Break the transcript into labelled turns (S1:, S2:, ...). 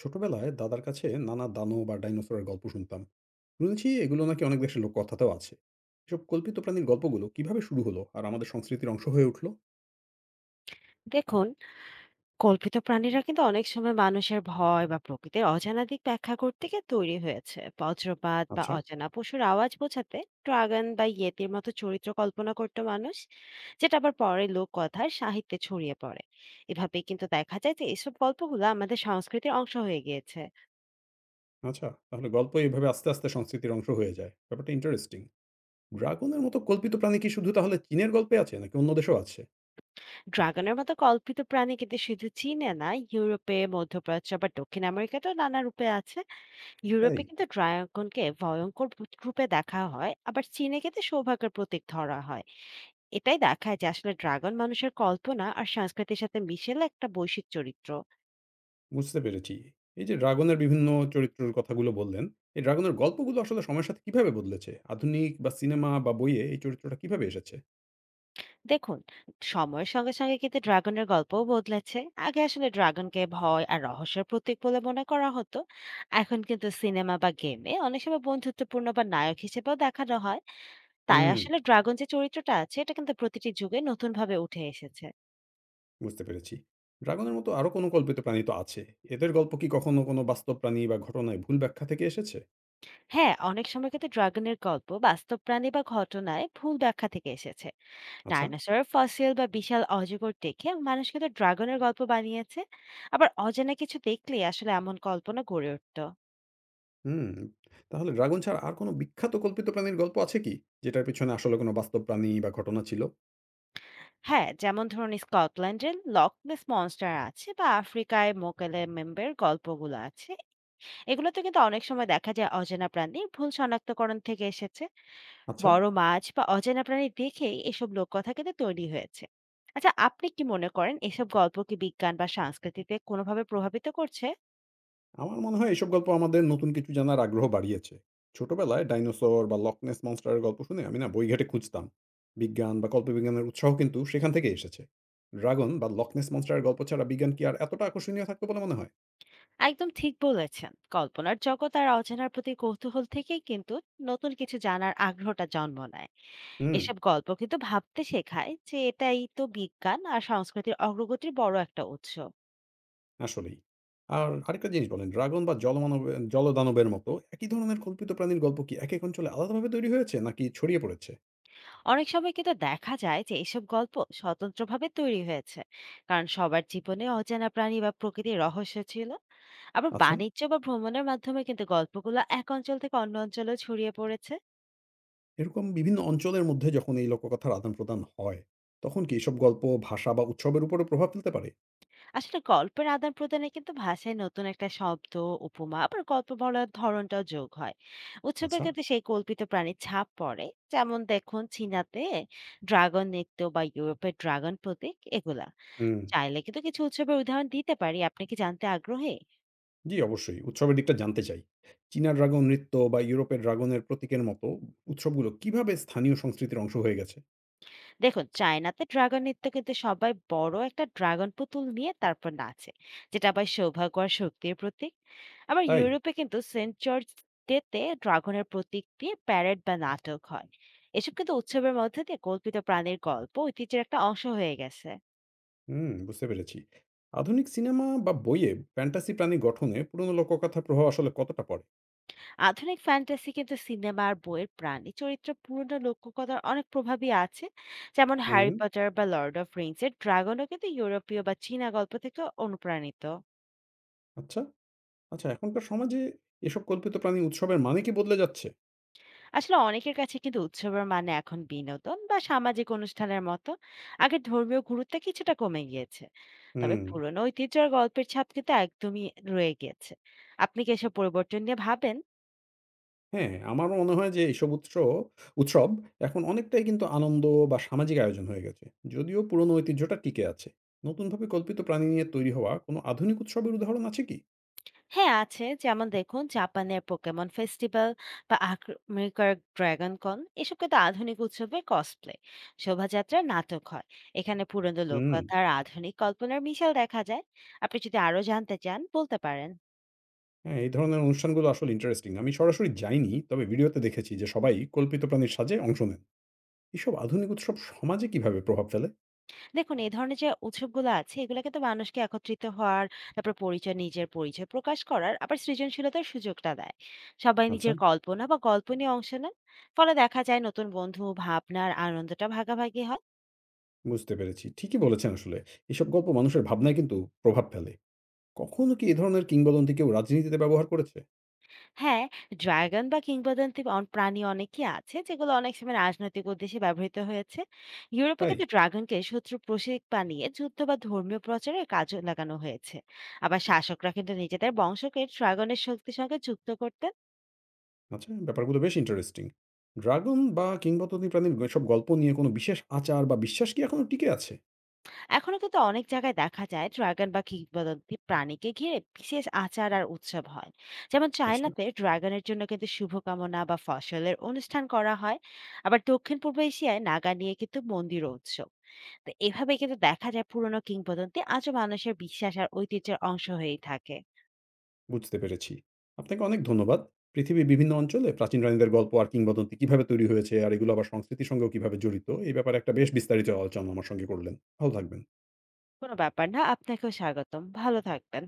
S1: ছোটবেলায় দাদার কাছে নানা দানো বা ডাইনোসরের গল্প শুনতাম। শুনেছি এগুলো নাকি অনেক দেশের লোককথাতেও আছে। এসব কল্পিত প্রাণীর গল্পগুলো কিভাবে শুরু হলো আর আমাদের সংস্কৃতির অংশ হয়ে উঠলো?
S2: দেখুন, কল্পিত প্রাণীরা কিন্তু অনেক সময় মানুষের ভয় বা প্রকৃতির অজানা দিক ব্যাখ্যা করতে গিয়ে তৈরি হয়েছে, বজ্রপাত বা
S1: আচ্ছা।
S2: অজানা পশুর আওয়াজ বোঝাতে। ড্রাগন বা ইয়েতির মতো চরিত্র কল্পনা করত মানুষ, যেটা আবার পরে লোককথার সাহিত্যে ছড়িয়ে পড়ে। এভাবে কিন্তু দেখা যায় যে এসব গল্পগুলো আমাদের সংস্কৃতির অংশ হয়ে গিয়েছে।
S1: আচ্ছা, তাহলে গল্প এইভাবে আস্তে আস্তে সংস্কৃতির অংশ হয়ে যায়, ব্যাপারটা ইন্টারেস্টিং। ড্রাগনের মতো কল্পিত প্রাণী কি শুধু তাহলে চীনের গল্পে আছে নাকি অন্য দেশেও আছে?
S2: ড্রাগনের মতো কল্পিত প্রাণী কিন্তু শুধু চীনে না, ইউরোপে, মধ্যপ্রাচ্য বা দক্ষিণ আমেরিকাতেও নানা রূপে আছে।
S1: তাই?
S2: ইউরোপে কিন্তু ড্রাগনকে ভয়ঙ্কর ভূত রূপে দেখা হয়, আবার চীনে কিন্তু সৌভাগ্যের প্রতীক ধরা হয়। এটাই দেখায় যে আসলে ড্রাগন মানুষের কল্পনা আর সংস্কৃতির সাথে মিশেলে একটা বৈশ্বিক চরিত্র।
S1: বুঝতে পেরেছি। এই যে ড্রাগনের বিভিন্ন চরিত্রের কথাগুলো বললেন, এই ড্রাগনের গল্পগুলো আসলে সময়ের সাথে কিভাবে বদলেছে? আধুনিক বা সিনেমা বা বইয়ে এই চরিত্রটা কিভাবে এসেছে?
S2: দেখুন, সময়ের সঙ্গে সঙ্গে কিন্তু ড্রাগনের গল্পও বদলেছে। আগে আসলে ড্রাগনকে ভয় আর রহস্যের প্রতীক বলে মনে করা হতো। এখন কিন্তু সিনেমা বা গেমে অনেক সময় বন্ধুত্বপূর্ণ বা নায়ক হিসেবেও দেখানো হয়। তাই
S1: হুম।
S2: আসলে ড্রাগন যে চরিত্রটা আছে, এটা কিন্তু প্রতিটি যুগে নতুন ভাবে উঠে এসেছে।
S1: বুঝতে পেরেছি। ড্রাগনের মতো আরো কোনো কল্পিত প্রাণী তো আছে। এদের গল্প কি কখনো কোনো বাস্তব প্রাণী বা ঘটনায় ভুল ব্যাখ্যা থেকে এসেছে?
S2: হ্যাঁ, অনেক সময় কিন্তু ড্রাগনের গল্প বাস্তব প্রাণী বা ঘটনায় ভুল ব্যাখ্যা থেকে এসেছে।
S1: আচ্ছা।
S2: ডায়নোসরের ফসিল বা বিশাল অজগর দেখে মানুষ কিন্তু ড্রাগনের গল্প বানিয়েছে। আবার অজানা কিছু দেখলে আসলে এমন কল্পনা গড়ে উঠত।
S1: হুম। তাহলে ড্রাগন ছাড়া আর কোনো বিখ্যাত কল্পিত প্রাণীর গল্প আছে কি, যেটার পিছনে আসলে কোনো বাস্তব প্রাণী বা ঘটনা ছিল?
S2: হ্যাঁ, যেমন ধরুন স্কটল্যান্ডের লকনেস মনস্টার আছে, বা আফ্রিকায় মোকেলে মেম্বের গল্পগুলো আছে। এগুলোতে কিন্তু অনেক সময় দেখা যায় অজানা প্রাণী ভুল শনাক্তকরণ থেকে এসেছে।
S1: আচ্ছা।
S2: বড় মাছ বা অজানা প্রাণী দেখেই এসব লোককথা কিন্তু তৈরি হয়েছে। আচ্ছা, আপনি কি মনে করেন এসব গল্প কি বিজ্ঞান বা সংস্কৃতিতে কোনোভাবে প্রভাবিত করছে?
S1: আমার মনে হয় এসব গল্প আমাদের নতুন কিছু জানার আগ্রহ বাড়িয়েছে। ছোটবেলায় ডাইনোসর বা লকনেস মনস্টারের গল্প শুনে আমি না বইঘাটে খুঁজতাম। বিজ্ঞান বা কল্পবিজ্ঞানের উৎসাহ কিন্তু সেখান থেকেই এসেছে। ড্রাগন বা লকনেস মনস্টারের গল্প ছাড়া বিজ্ঞান কি আর এতটা আকর্ষণীয় থাকতো বলে মনে হয়?
S2: একদম ঠিক বলেছেন, কল্পনার জগৎ আর অজানার প্রতি কৌতূহল থেকেই কিন্তু নতুন কিছু জানার আগ্রহটা জন্ম নেয়।
S1: হুম।
S2: এসব গল্প কিন্তু ভাবতে শেখায় যে এটাই তো বিজ্ঞান আর সংস্কৃতির অগ্রগতির বড় একটা উৎস।
S1: আসলেই। আর আরেকটা জিনিস বলেন, ড্রাগন বা জলমানবে জলদানবের মতো একই ধরনের কল্পিত প্রাণীর গল্প কি একেক অঞ্চলে আলাদাভাবে তৈরি হয়েছে নাকি ছড়িয়ে পড়েছে?
S2: অনেক সময় কিন্তু দেখা যায় যে এসব গল্প স্বতন্ত্রভাবে তৈরি হয়েছে, কারণ সবার জীবনে অজানা প্রাণী বা প্রকৃতির রহস্য ছিল। আবার
S1: আচ্ছা,
S2: বাণিজ্য বা ভ্রমণের মাধ্যমে কিন্তু গল্পগুলো এক অঞ্চল থেকে অন্য অঞ্চলেও ছড়িয়ে পড়েছে।
S1: এরকম বিভিন্ন অঞ্চলের মধ্যে যখন এই লোককথার আদান-প্রদান হয়, তখন কি এসব গল্প ভাষা বা উৎসবের উপরও প্রভাব ফেলতে পারে?
S2: আসলে গল্পের আদান প্রদানে কিন্তু ভাষায় নতুন একটা শব্দ, উপমা, আবার গল্প বলার ধরনটাও যোগ হয়। উৎসবে
S1: আচ্ছা।
S2: কিন্তু সেই কল্পিত প্রাণীর ছাপ পড়ে। যেমন দেখুন চীনাতে ড্রাগন নৃত্য বা ইউরোপের ড্রাগন প্রতীক এগুলা।
S1: হুম।
S2: চাইলে কিন্তু কিছু উৎসবের উদাহরণ দিতে পারি, আপনি কি জানতে আগ্রহী?
S1: জি, অবশ্যই। উৎসবের দিকটা জানতে চাই। চীনা ড্রাগন নৃত্য বা ইউরোপের ড্রাগনের প্রতীকের মতো উৎসবগুলো কিভাবে স্থানীয় সংস্কৃতির অংশ হয়ে গেছে?
S2: দেখুন, চায়নাতে ড্রাগন নৃত্য কিন্তু সবাই বড় একটা ড্রাগন পুতুল নিয়ে তারপর নাচে, যেটা আবার সৌভাগ্য আর শক্তির প্রতীক। আবার
S1: তাই?
S2: ইউরোপে কিন্তু সেন্ট জর্জ ডেতে ড্রাগনের প্রতীক দিয়ে প্যারেড বা নাটক হয়। এসব কিন্তু উৎসবের মধ্যে দিয়ে কল্পিত প্রাণীর গল্প ঐতিহ্যের একটা অংশ হয়ে গেছে।
S1: হুম, বুঝতে পেরেছি। আধুনিক সিনেমা বা বইয়ে ফ্যান্টাসি প্রাণী গঠনে পুরনো লোককথার প্রভাব আসলে কতটা পড়ে?
S2: আধুনিক ফ্যান্টাসি কিন্তু সিনেমা আর বইয়ের প্রাণী চরিত্র পুরনো লোককথার অনেক প্রভাবই আছে। যেমন
S1: হুম।
S2: হ্যারি পটার বা লর্ড অফ রিংস এর ড্রাগনও কিন্তু ইউরোপীয় বা চীনা গল্প থেকে অনুপ্রাণিত।
S1: আচ্ছা। আচ্ছা, এখনকার সমাজে এসব কল্পিত প্রাণী উৎসবের মানে কি বদলে যাচ্ছে?
S2: আসলে অনেকের কাছে কিন্তু উৎসবের মানে এখন বিনোদন বা সামাজিক অনুষ্ঠানের মতো। আগে ধর্মীয় গুরুত্ব কিছুটা কমে গিয়েছে, তবে
S1: হুম।
S2: পুরনো ঐতিহ্য আর গল্পের ছাপ কিন্তু একদমই রয়ে গিয়েছে। আপনি কি এসব পরিবর্তন নিয়ে ভাবেন?
S1: হ্যাঁ, আমারও মনে হয় যে এইসব উৎসব এখন অনেকটাই কিন্তু আনন্দ বা সামাজিক আয়োজন হয়ে গেছে। যদিও পুরনো ঐতিহ্যটা টিকে আছে। নতুনভাবে কল্পিত প্রাণী নিয়ে তৈরি হওয়া কোনো আধুনিক উৎসবের উদাহরণ আছে কি?
S2: হ্যাঁ আছে, যেমন দেখুন জাপানের পোকেমন ফেস্টিভ্যাল বা আমেরিকার ড্রাগন কন, এসব কিন্তু আধুনিক উৎসবে কসপ্লে, শোভাযাত্রা, নাটক হয়। এখানে পুরনো
S1: হুম।
S2: লোককথা আর আধুনিক কল্পনার মিশাল দেখা যায়। আপনি যদি আরো জানতে চান বলতে পারেন।
S1: হ্যাঁ, এই ধরনের অনুষ্ঠানগুলো আসলে ইন্টারেস্টিং। আমি সরাসরি যাইনি, তবে ভিডিওতে দেখেছি যে সবাই কল্পিত প্রাণীর সাজে অংশ নেন। এসব আধুনিক উৎসব সমাজে কিভাবে প্রভাব ফেলে?
S2: দেখুন, এই ধরনের যে উৎসবগুলো আছে, এগুলো কিন্তু মানুষকে একত্রিত হওয়ার, তারপর পরিচয়, নিজের পরিচয় প্রকাশ করার, আবার সৃজনশীলতার সুযোগটা দেয়। সবাই
S1: আচ্ছা।
S2: নিজের কল্পনা বা গল্প নিয়ে অংশ নেন। ফলে দেখা যায় নতুন বন্ধু, ভাবনার আনন্দটা ভাগাভাগি হয়।
S1: বুঝতে পেরেছি। ঠিকই বলেছেন আসলে। এসব গল্প মানুষের ভাবনায় কিন্তু প্রভাব ফেলে। কখনো কি এ ধরনের কিংবদন্তি কেউ রাজনীতিতে ব্যবহার করেছে?
S2: হ্যাঁ, ড্রাগন বা কিংবদন্তি প্রাণী অনেকই আছে যেগুলো অনেক সময় রাজনৈতিক উদ্দেশ্যে ব্যবহৃত হয়েছে। ইউরোপে
S1: তাই?
S2: কিন্তু ড্রাগনকে শত্রু প্রতীক বানিয়ে যুদ্ধ বা ধর্মীয় প্রচারে কাজে লাগানো হয়েছে। আবার শাসকরা কিন্তু নিজেদের বংশকে ড্রাগনের শক্তির সঙ্গে যুক্ত করতে।
S1: আচ্ছা, ব্যাপারগুলো বেশ ইন্টারেস্টিং। ড্রাগন বা কিংবদন্তি প্রাণীর এসব গল্প নিয়ে কোনো বিশেষ আচার বা বিশ্বাস কি এখনো টিকে আছে?
S2: এখনো কিন্তু অনেক জায়গায় দেখা যায় ড্রাগন বা কিংবদন্তি প্রাণীকে ঘিরে বিশেষ আচার আর উৎসব হয়। যেমন
S1: আচ্ছা।
S2: চায়নাতে ড্রাগনের জন্য কিন্তু শুভকামনা বা ফসলের অনুষ্ঠান করা হয়। আবার দক্ষিণ পূর্ব এশিয়ায় নাগা নিয়ে কিন্তু মন্দির ও উৎসব। তো এভাবে কিন্তু দেখা যায় পুরনো কিংবদন্তি আজও মানুষের বিশ্বাস আর ঐতিহ্যের অংশ হয়েই থাকে।
S1: বুঝতে পেরেছি। আপনাকে অনেক ধন্যবাদ। পৃথিবীর বিভিন্ন অঞ্চলে প্রাচীন রানীদের গল্প আর কিংবদন্তি কিভাবে তৈরি হয়েছে আর এগুলো আবার সংস্কৃতির সঙ্গেও কিভাবে জড়িত, এই ব্যাপারে একটা বেশ বিস্তারিত আলোচনা আমার সঙ্গে করলেন। ভালো থাকবেন।
S2: কোনো ব্যাপার না, আপনাকেও স্বাগতম, ভালো থাকবেন।